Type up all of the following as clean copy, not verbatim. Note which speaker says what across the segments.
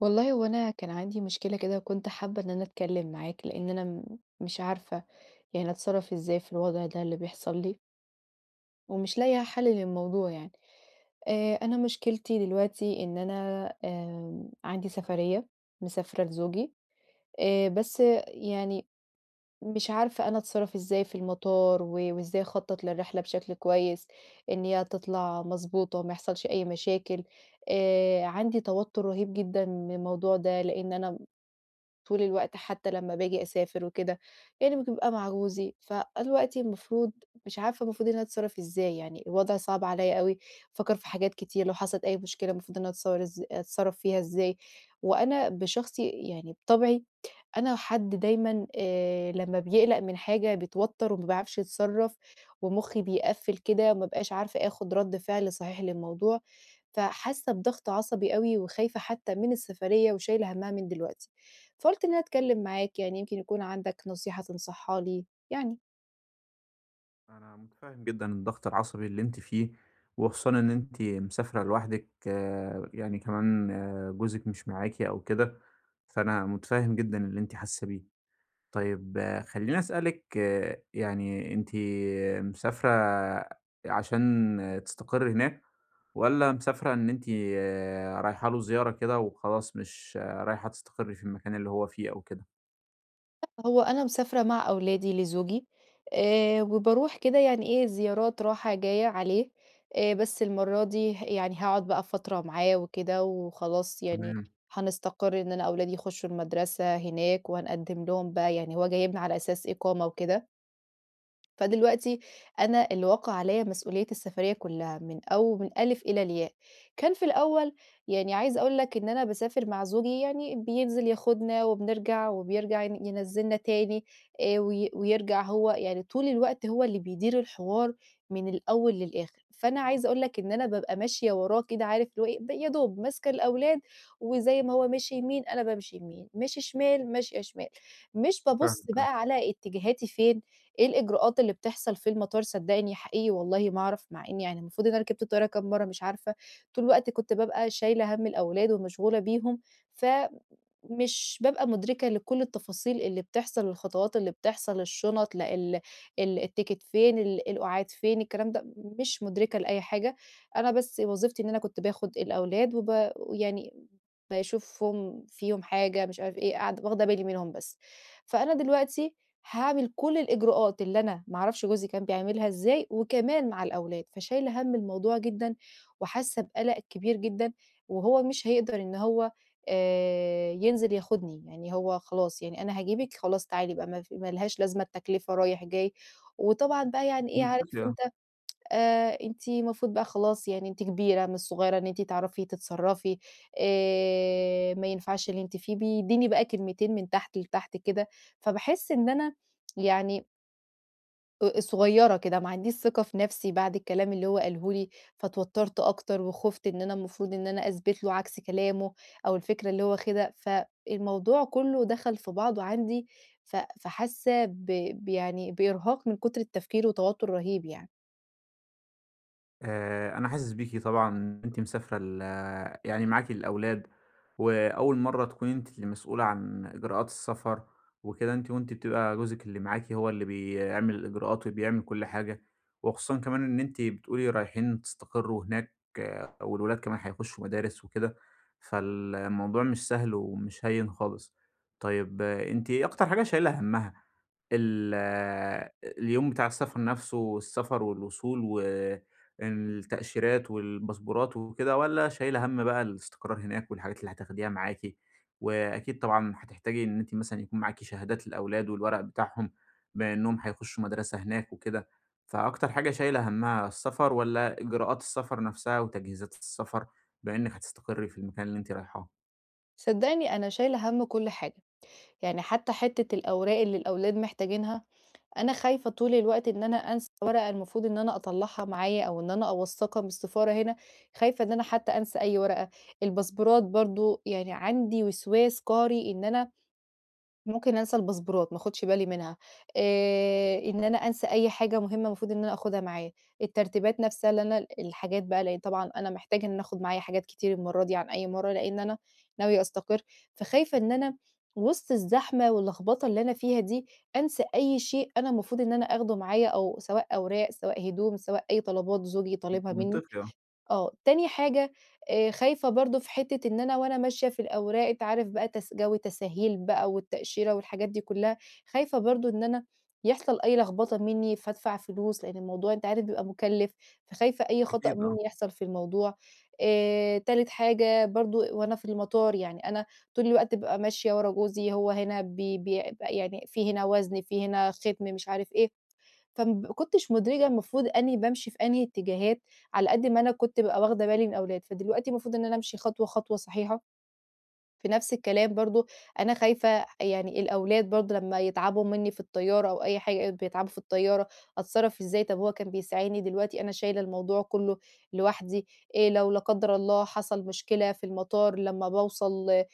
Speaker 1: والله هو أنا كان عندي مشكلة كده وكنت حابة إن أنا أتكلم معاك لأن أنا مش عارفة يعني أتصرف إزاي في الوضع ده اللي بيحصل لي ومش لاقية حل للموضوع يعني. أنا مشكلتي دلوقتي إن أنا عندي سفرية مسافرة لزوجي، بس يعني مش عارفة أنا أتصرف إزاي في المطار وإزاي أخطط للرحلة بشكل كويس إن هي تطلع مظبوطة وما يحصلش أي مشاكل. عندي توتر رهيب جدا من الموضوع ده لأن أنا طول الوقت حتى لمّا باجي أسافر وكده، يعني بابقى مع جوزي، فدلوقتي المفروض مش عارفة المفروض إن أنا أتصرّف إزاي، يعني الوضع صعب عليّا أوي، بافكّر في حاجات كتير لو حصلت أي مشكلة المفروض إن أنا أتصور أتصرّف فيها إزاي، وأنا بشخصي يعني بطبعي أنا حد دايمًا لمّا بيقلق من حاجة بيتوتّر وما بيعرفش يتصرّف، ومُخّي بيقفّل كده وما بابقاش عارفة آخُد رَد فعل صحيح للموضوع، فحاسة بضغط عصبي أوي وخايفة حتّى من السفرية وشايلة هَمّها من دلوقتي، فقُلت إن أنا أتكلّم معاك يعني يمكن يكون عندك نصيحة تنصحها لي، يعني.
Speaker 2: أنا متفهم جدًا الضغط العصبي اللي أنتِ فيه، وخصوصًا إن أنتِ مسافرة لوحدِك يعني كمان آه، جوزِك مش معاكِ أو كده، فأنا متفهم جدًا اللي أنتِ حاسة بيه. طيب آه، خلّيني أسألِك آه، يعني أنتِ مسافرة عشان تستقري هناك، والّا مسافرة إن أنتِ آه، رايحة له زيارة كده وخلاص مش آه، رايحة تستقري في المكان اللي هو فيه أو كده؟
Speaker 1: هو أنا مسافرة مع أولادي لزوجي، وباروح كده يعني إيه زيارات رايحة جاية عليه، بس المرّة دي يعني هاقعد بقى فترة معاه وكده وخلاص يعني
Speaker 2: تمام،
Speaker 1: هنستقر إن أنا أولادي يخشوا المدرسة هناك وهنقدّم لهم بقى يعني هو جايبني على أساس إقامة وكده. فدلوقتي أنا اللي وقع عليَّ مسؤولية السفرية كلّها من ألِف إلى الياء. كان في الأول يعني عايزة أقول لك إن أنا باسافر مع زوجي يعني بينزل ياخدنا وبنرجع وبيرجع ينزّلنا تاني وي ويرجع هو، يعني طول الوقت هو اللي بيدير الحوار من الأول للآخر. فأنا عايزة أقول لك إن أنا بابقى ماشية وراه كده عارف اللي هو إيه، يا دوب ماسكة الأولاد وزي ما هو ماشي يمين، أنا بامشي يمين، ماشي شمال، ماشية شمال. مش بابُص
Speaker 2: فاهمِك
Speaker 1: بقى على اتجاهاتي فين، إيه الإجراءات اللي بتحصل في المطار؟ صدّقني حقيقي والله ما أعرف، مع إني يعني المفروض إن أنا ركبت الطيارة كام مرّة مش عارفة، طول الوقت كنت بابقى شايلة هَم الأولاد ومشغولة بيهم، ف مش بابقى مُدركة لكل التفاصيل اللي بتحصل، الخطوات اللي بتحصل، الشنط، لأ ال ال التيكت فين، القُعاد فين، الكلام ده، مش مُدركة لأي حاجة، أنا بس وظيفتي إن أنا كنت باخد الأولاد ويعني باشوفهم، فيهم حاجة، مش عارف إيه، قاعدة واخدة بالي منهم بس. فأنا دلوقتي هاعمل كل الإجراءات اللي أنا ما أعرفش جوزي كان بيعملها إزاي، وكمان مع الأولاد، فشايلة هَم الموضوع جدًا، وحاسة بقلق كبير جدًا، وهو مش هيقدر إن هو، ينزل ياخدني، يعني هو خلاص يعني أنا هاجيبِك خلاص تعالي بقى ما لهاش لازمة التكلفة رايح جاي، وطبعًا بقى يعني إيه عارف
Speaker 2: آه.
Speaker 1: أنت، أنتِ المفروض بقى خلاص يعني أنتِ كبيرة مش صغيرة إن أنتِ تعرفي تتصرّفي، ما ينفعش اللي أنتِ فيه، بيدّيني بقى كلمتين من تحت لتحت كده، فباحس إن أنا يعني صغيرة كده، ما عنديش ثقة في نَفْسي بعد الكلام اللي هو قاله لي، فاتوتّرت أكتر وخُفت إن أنا المفروض إن أنا أثبت له عكس كلامه أو الفكرة اللي هو واخدها، فالموضوع كُلّه دخل في بعضه عندي، فحاسة ب ب يعني بإرهاق من كُتر التفكير وتوتُّر رهيب يعني.
Speaker 2: أنا حاسس بيكِ طبعًا إن أنتِ مسافرة يعني معاكِ الأولاد، وأول مرّة تكوني أنتِ اللي مسؤولة عن إجراءات السفر وكده، أنتِ بتبقى جوزِك اللي معاكِ هو اللي بيعمل الإجراءات وبيعمل كل حاجة، وخصوصًا كمان إن أنتِ بتقولي رايحين تستقروا هناك آه، والولاد كمان هيخشوا مدارس وكده، فالموضوع مش سهل ومش هيّن خالص. طيب آه، أنتِ إيه أكتر حاجة شايلة هَمّها؟ ال اليوم بتاع السفر نفسه، السفر والوصول والتأشيرات والباسبورات وكده، والّا شايلة هَم بقى الاستقرار هناك والحاجات اللي هتاخديها معاكِ؟ وأكيد طبعًا هتحتاجي إن أنتِ مثلًا يكون معاكِ شهادات الأولاد والورق بتاعهم، بما إنهم هيخشوا مدرسة هناك وكده، فأكتر حاجة شايلة هَمّها السفر والّا إجراءات السفر نفسها وتجهيزات السفر، بما إنِّك هتستقري في المكان اللي أنتِ رايحاه؟
Speaker 1: صدّقني أنا شايلة هَم كل حاجة، يعني حتى حتّة الأوراق اللي الأولاد محتاجينها، أنا خايفة طول الوقت إن أنا أنسى ورقة المفروض إن أنا أطلّعها معايا أو إن أنا أوثّقها من السفارة هنا، خايفة إن أنا حتى أنسى أي ورقة، الباسبورات برضه يعني عندي وسواس قهري إن أنا ممكن أنسى الباسبورات، ما آخُدش بالي منها، إن أنا أنسى أي حاجة مهمة المفروض إن أنا آخُدها معايا، الترتيبات نَفْسها اللي أنا الحاجات بقى لإن طبعًا أنا محتاجة إن أنا آخُد معايا حاجات كتير المَرّة دي عن أي مَرّة، لإن أنا ناوية أستقر، فخايفة إن أنا وِسط الزحمة واللخبطة اللي أنا فيها دي، أنسى أي شيء أنا المفروض إن أنا آخده معايا أو سواء أوراق، سواء هدوم، سواء أي طلبات زوجي طالبها منّي.
Speaker 2: منطقي آه،
Speaker 1: آه، تاني حاجة، خايفة برضه في حتّة إن أنا وأنا ماشية في الأوراق أنت عارف بقى تس جو تساهيل بقى والتأشيرة والحاجات دي كلّها، خايفة برضه إن أنا يحصل أي لخبطة منّي فادفع فلوس، لإن الموضوع أنت عارف بيبقى مُكلِّف، فخايفة أي خطأ
Speaker 2: أكيد آه.
Speaker 1: منّي يحصل في الموضوع. تالت حاجة برضه وأنا في المطار، يعني أنا طول الوقت بابقى ماشية ورا جوزي، هو هنا بي بي يعني في هنا وزن، في هنا ختم، مش عارف إيه، فما كنتش مدركة المفروض أنهي بامشي في أنهي اتجاهات، على قد ما أنا كنت بابقى واخدة بالي من أولاد، فدلوقتي المفروض إن أنا أمشي خطوة، خطوة صحيحة في نفس الكلام برضه. أنا خايفة يعني الأولاد برضه لمّا يتعبوا منّي في الطيارة أو أي حاجة بيتعبوا في الطيارة، أتصرّف إزاي؟ طب هو كان بيساعدني، دلوقتي أنا شايلة الموضوع كلّه لوحدي، لو لا قدّر الله حصل مشكلة في المطار لمّا باوصل،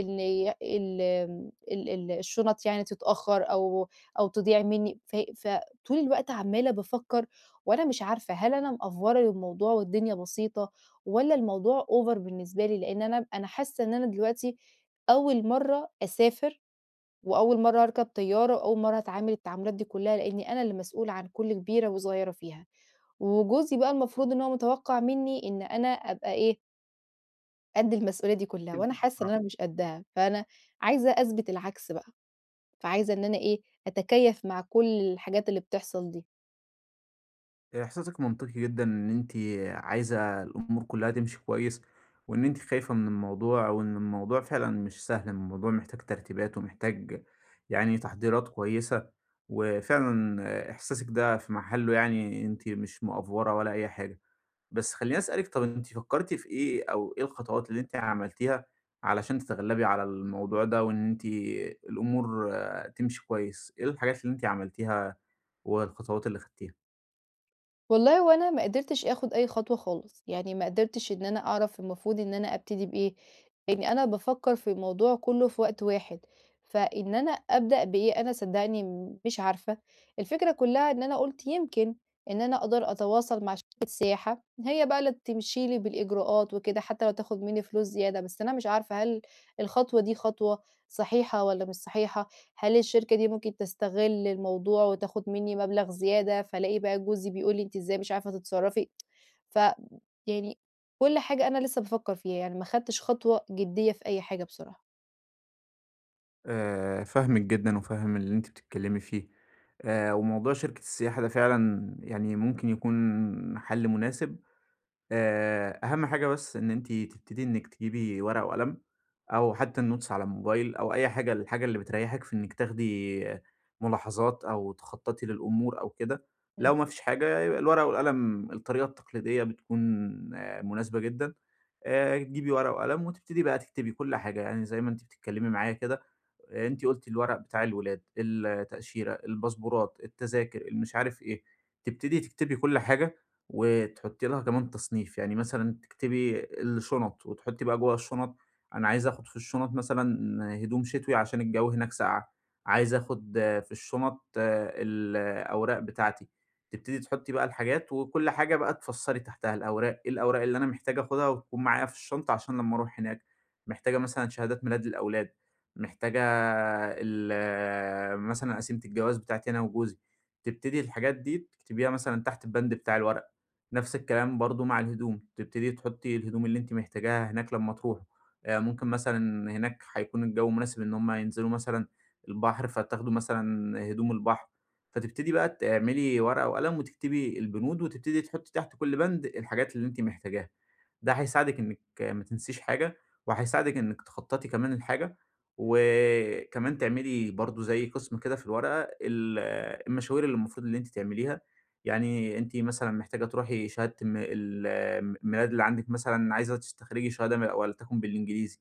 Speaker 1: إن ي ال آمم ال ال الشنط يعني تتأخّر أو تضيع منّي، فطول الوقت عمّالة بافكّر، وأنا مش عارفة هل أنا مأفورة للموضوع والدنيا بسيطة؟ والّا الموضوع over بالنسبة لي؟ لإن أنا حاسة إن أنا دلوقتي أول مرّة أسافر، وأول مرّة أركب طيارة، وأول مرّة هاتعامل التعاملات دي كلّها، لإني أنا اللي مسؤولة عن كل كبيرة وصغيرة فيها، وجوزي بقى المفروض إن هو متوقّع منّي إن أنا أبقى إيه، قد المسؤولية دي كلّها،
Speaker 2: أكيد.
Speaker 1: وأنا حاسة إن أنا مش قدّها، فأنا عايزة أثبت العكس بقى، فعايزة إن أنا إيه، أتكيّف مع كل الحاجات اللي بتحصل دي.
Speaker 2: إحساسِك منطقي جدًا إن أنتِ عايزة الأمور كلّها تمشي كويس، وإن أنتِ خايفة من الموضوع وإن الموضوع فعلًا مش سهل، الموضوع محتاج ترتيبات ومحتاج يعني تحضيرات كويسة، وفعلًا إحساسِك ده في محله، يعني أنتِ مش مأفورة ولا أي حاجة. بس خلّيني أسألِك، طَب أنتِ فكّرتِ في إيه أو إيه الخطوات اللي أنتِ عملتيها علشان تتغلّبي على الموضوع ده وإن أنتِ الأمور آه، تمشي كويس؟ إيه الحاجات اللي أنتِ عملتيها والخطوات اللي خدتيها؟
Speaker 1: والله هو أنا ما قدرتش آخد أي خطوة خالص، يعني ما قدرتش إن أنا أعرف المفروض إن أنا أبتدي بإيه، يعني أنا بافكّر في الموضوع كلّه في وقت واحد، فإن أنا أبدأ بإيه أنا صدّقني مش عارفة، الفكرة كلّها إن أنا قُلت يمكن إن أنا أقدر أتواصل مع شركة سياحة، هي بقى اللي تمشي لي بالإجراءات وكده حتى لو تاخد منّي فلوس زيادة، بس أنا مش عارفة هل الخطوة دي خطوة صحيحة والّا مش صحيحة؟ هل الشركة دي ممكن تستغل الموضوع وتاخد منّي مبلغ زيادة، فالاقي بقى جوزي بيقول لي: "أنتِ إزاي مش عارفة تتصرّفي؟" ف يعني كل حاجة أنا لسه بافكّر فيها، يعني ما خدتش خطوة جدية في أي حاجة بصراحة.
Speaker 2: فاهمِك جدًا وفاهم اللي أنتِ بتتكلمي فيه. وموضوع شركة السياحة ده فعلًا يعني ممكن يكون حل مناسب. أهم حاجة بس إن أنتِ تبتدي إنِّك تجيبي ورقة وقلم، أو حتى الnotes على الموبايل أو أي حاجة الحاجة اللي بتريّحِك في إنِّك تاخدي ملاحظات أو تخطّطي للأمور أو كده. لو ما فيش حاجة يبقى الورقة والقلم الطريقة التقليدية بتكون آه، مناسبة جدًا. تجيبي ورقة وقلم وتبتدي بقى تكتبي كل حاجة، يعني زي ما أنتِ بتتكلّمي معايا كده، أنتِ قُلتِ الورق بتاع الولاد، التأشيرة، الباسبورات، التذاكر، اللي مش عارف إيه، تبتدي تكتبي كل حاجة وتحطي لها كمان تصنيف، يعني مثلًا تكتبي الشُنَط وتحطي بقى جوّه الشُنَط أنا عايزة آخُد في الشُنَط مثلًا هدوم شتوي عشان الجو هناك ساقعة، عايزة آخُد في الشُنَط الأوراق بتاعتي، تبتدي تحطي بقى الحاجات وكل حاجة بقى تفسّري تحتها الأوراق، إيه الأوراق اللي أنا محتاج آخُدها وتكون معايا في الشنطة عشان لمّا أروح هناك، محتاجة مثلًا شهادات ميلاد للأولاد، محتاجة مثلًا قسيمة الجواز بتاعتي أنا وجوزي، تبتدي الحاجات دي تكتبيها مثلًا تحت البند بتاع الورق. نفس الكلام برضه مع الهدوم، تبتدي تحطي الهدوم اللي أنتِ محتاجاها هناك لمّا تروحوا، ممكن مثلًا هناك هيكون الجو مناسب إن هم ينزلوا مثلًا البحر، فتاخدوا مثلًا هدوم البحر، فتبتدي بقى تعملي ورقة وقلم وتكتبي البنود، وتبتدي تحطي تحت كل بند الحاجات اللي أنتِ محتاجاها. ده هيساعدِك إنِّك ما تنسيش حاجة، وهيساعدِك إنِّك تخطّطي كمان للحاجة، وكمان تعملي برضه زي قسم كده في الورقة المشاوير اللي المفروض اللي أنتِ تعمليها، يعني أنتِ مثلًا محتاجة تروحي شهادة الميلاد اللي عندِك، مثلًا عايزة تستخرجي شهادة ولتكن بالإنجليزي،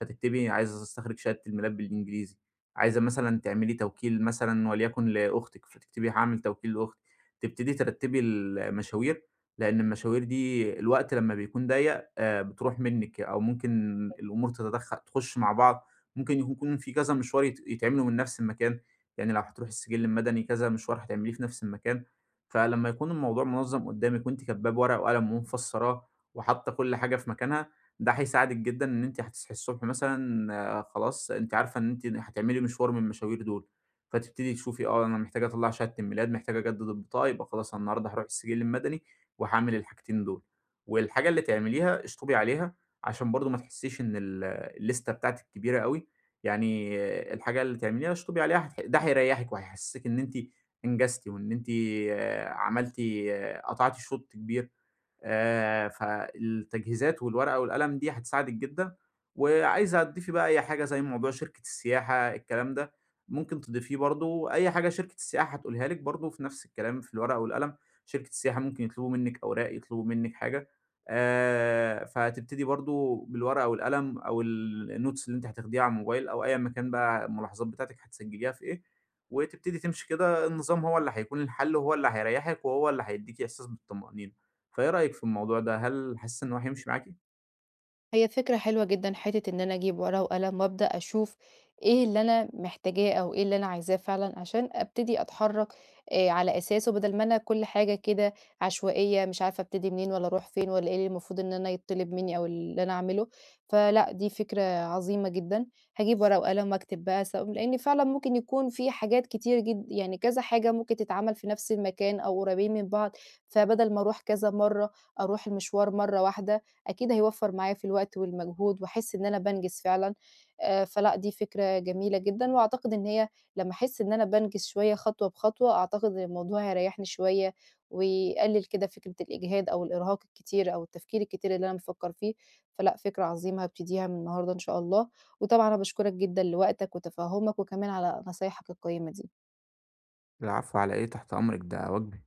Speaker 2: فتكتبي عايزة أستخرج شهادة الميلاد بالإنجليزي، عايزة مثلًا تعملي توكيل مثلًا وليكن لأختِك، فتكتبي هاعمل توكيل لأختي، تبتدي ترتّبي المشاوير لأن المشاوير دي الوقت لمّا بيكون ضيّق بتروح منِّك، أو ممكن الأمور تخُش مع بعض، ممكن يكون في كذا مشوار يتعملوا من نفس المكان، يعني لو هتروحي السجل المدني كذا مشوار هتعمليه في نفس المكان، فلمّا يكون الموضوع منظّم قدّامِك وأنتِ كاتباه بورقة وقلم ومفسّراه وحاطة كل حاجة في مكانها، ده هيساعدِك جدًا إن أنتِ هتصحي الصبح مثلًا آه، خلاص أنتِ عارفة إن أنتِ هتعملي مشوار من المشاوير دول، فتبتدي تشوفي آه أنا محتاجة أطلّع شهادة الميلاد، محتاجة أجدد البطاقة، يبقى خلاص أنا النهارده هاروح السجل المدني وهاعمل الحاجتين دول، والحاجة اللي تعمليها اشطبي عليها، عشان برضه ما تحسيش إن الليستة بتاعتِك كبيرة أوي، يعني الحاجة اللي تعمليها اشطبي عليها ده هيريحِك وهيحسسِك إن أنتِ أنجزتِ، وإن أنتِ عملتِ قطعتِ شوط كبير، فالتجهيزات والورقة والقلم دي هتساعدِك جدًا، وعايزة تضيفي بقى أي حاجة زي موضوع شركة السياحة الكلام ده، ممكن تضيفيه برضه، أي حاجة شركة السياحة هتقولها لِك برضه في نفس الكلام في الورقة والقلم. شركة السياحة ممكن يطلبوا منِّك أوراق، يطلبوا منِّك حاجة، فهتبتدي برضه بالورقة والقلم أو الnotes اللي أنتِ هتاخديها على الموبايل أو أيًا ما كان بقى الملاحظات بتاعتِك هتسجّليها في إيه، وتبتدي تمشي كده، النظام هو اللي هيكون الحل وهو اللي هيريّحِك وهو اللي هيدّيكِ إحساس بالطمأنينة. فإيه رأيك في الموضوع ده؟ هل حاسّة إن هو هيمشي معاكِ؟
Speaker 1: هي فكرة حلوة جدًا حتّة إن أنا أجيب ورقة وقلم وأبدأ أشوف إيه اللي أنا محتاجاه أو إيه اللي أنا عايزاه فعلًا عشان أبتدي أتحرّك على أساسه بدل ما أنا كل حاجة كده عشوائية مش عارفة أبتدي منين والّا أروح فين والّا إيه اللي المفروض إن أنا يتطلب منّي أو اللي أنا أعمله، فلأ دي فكرة عظيمة جدًا، هاجيب ورقة وقلم وأكتب بقى لإن فعلًا ممكن يكون في حاجات كتير يعني كذا حاجة ممكن تتعمل في نفس المكان أو قريبين من بعض، فبدل ما أروح كذا مرّة، أروح المشوار مرّة واحدة أكيد هيوفّر معايا في الوقت والمجهود، واحس إن أنا بانجز فعلًا، فلأ دي فكرة جميلة جدًا، وأعتقد إن هي لمّا أحس إن أنا بانجز شوية خطوة بخطوة، أعتقد إن الموضوع هيريّحني شوية، ويقلل كده فكرة الإجهاد أو الإرهاق الكتير أو التفكير الكتير اللي أنا بافكّر فيه، فلأ فكرة عظيمة هابتديها من النهارده إن شاء الله، وطبعًا أنا باشكرك جدًا لوقتك وتفهُّمك وكمان على نصايحك القيّمة دي.
Speaker 2: العفو على إيه، تحت أمرِك، ده واجبي.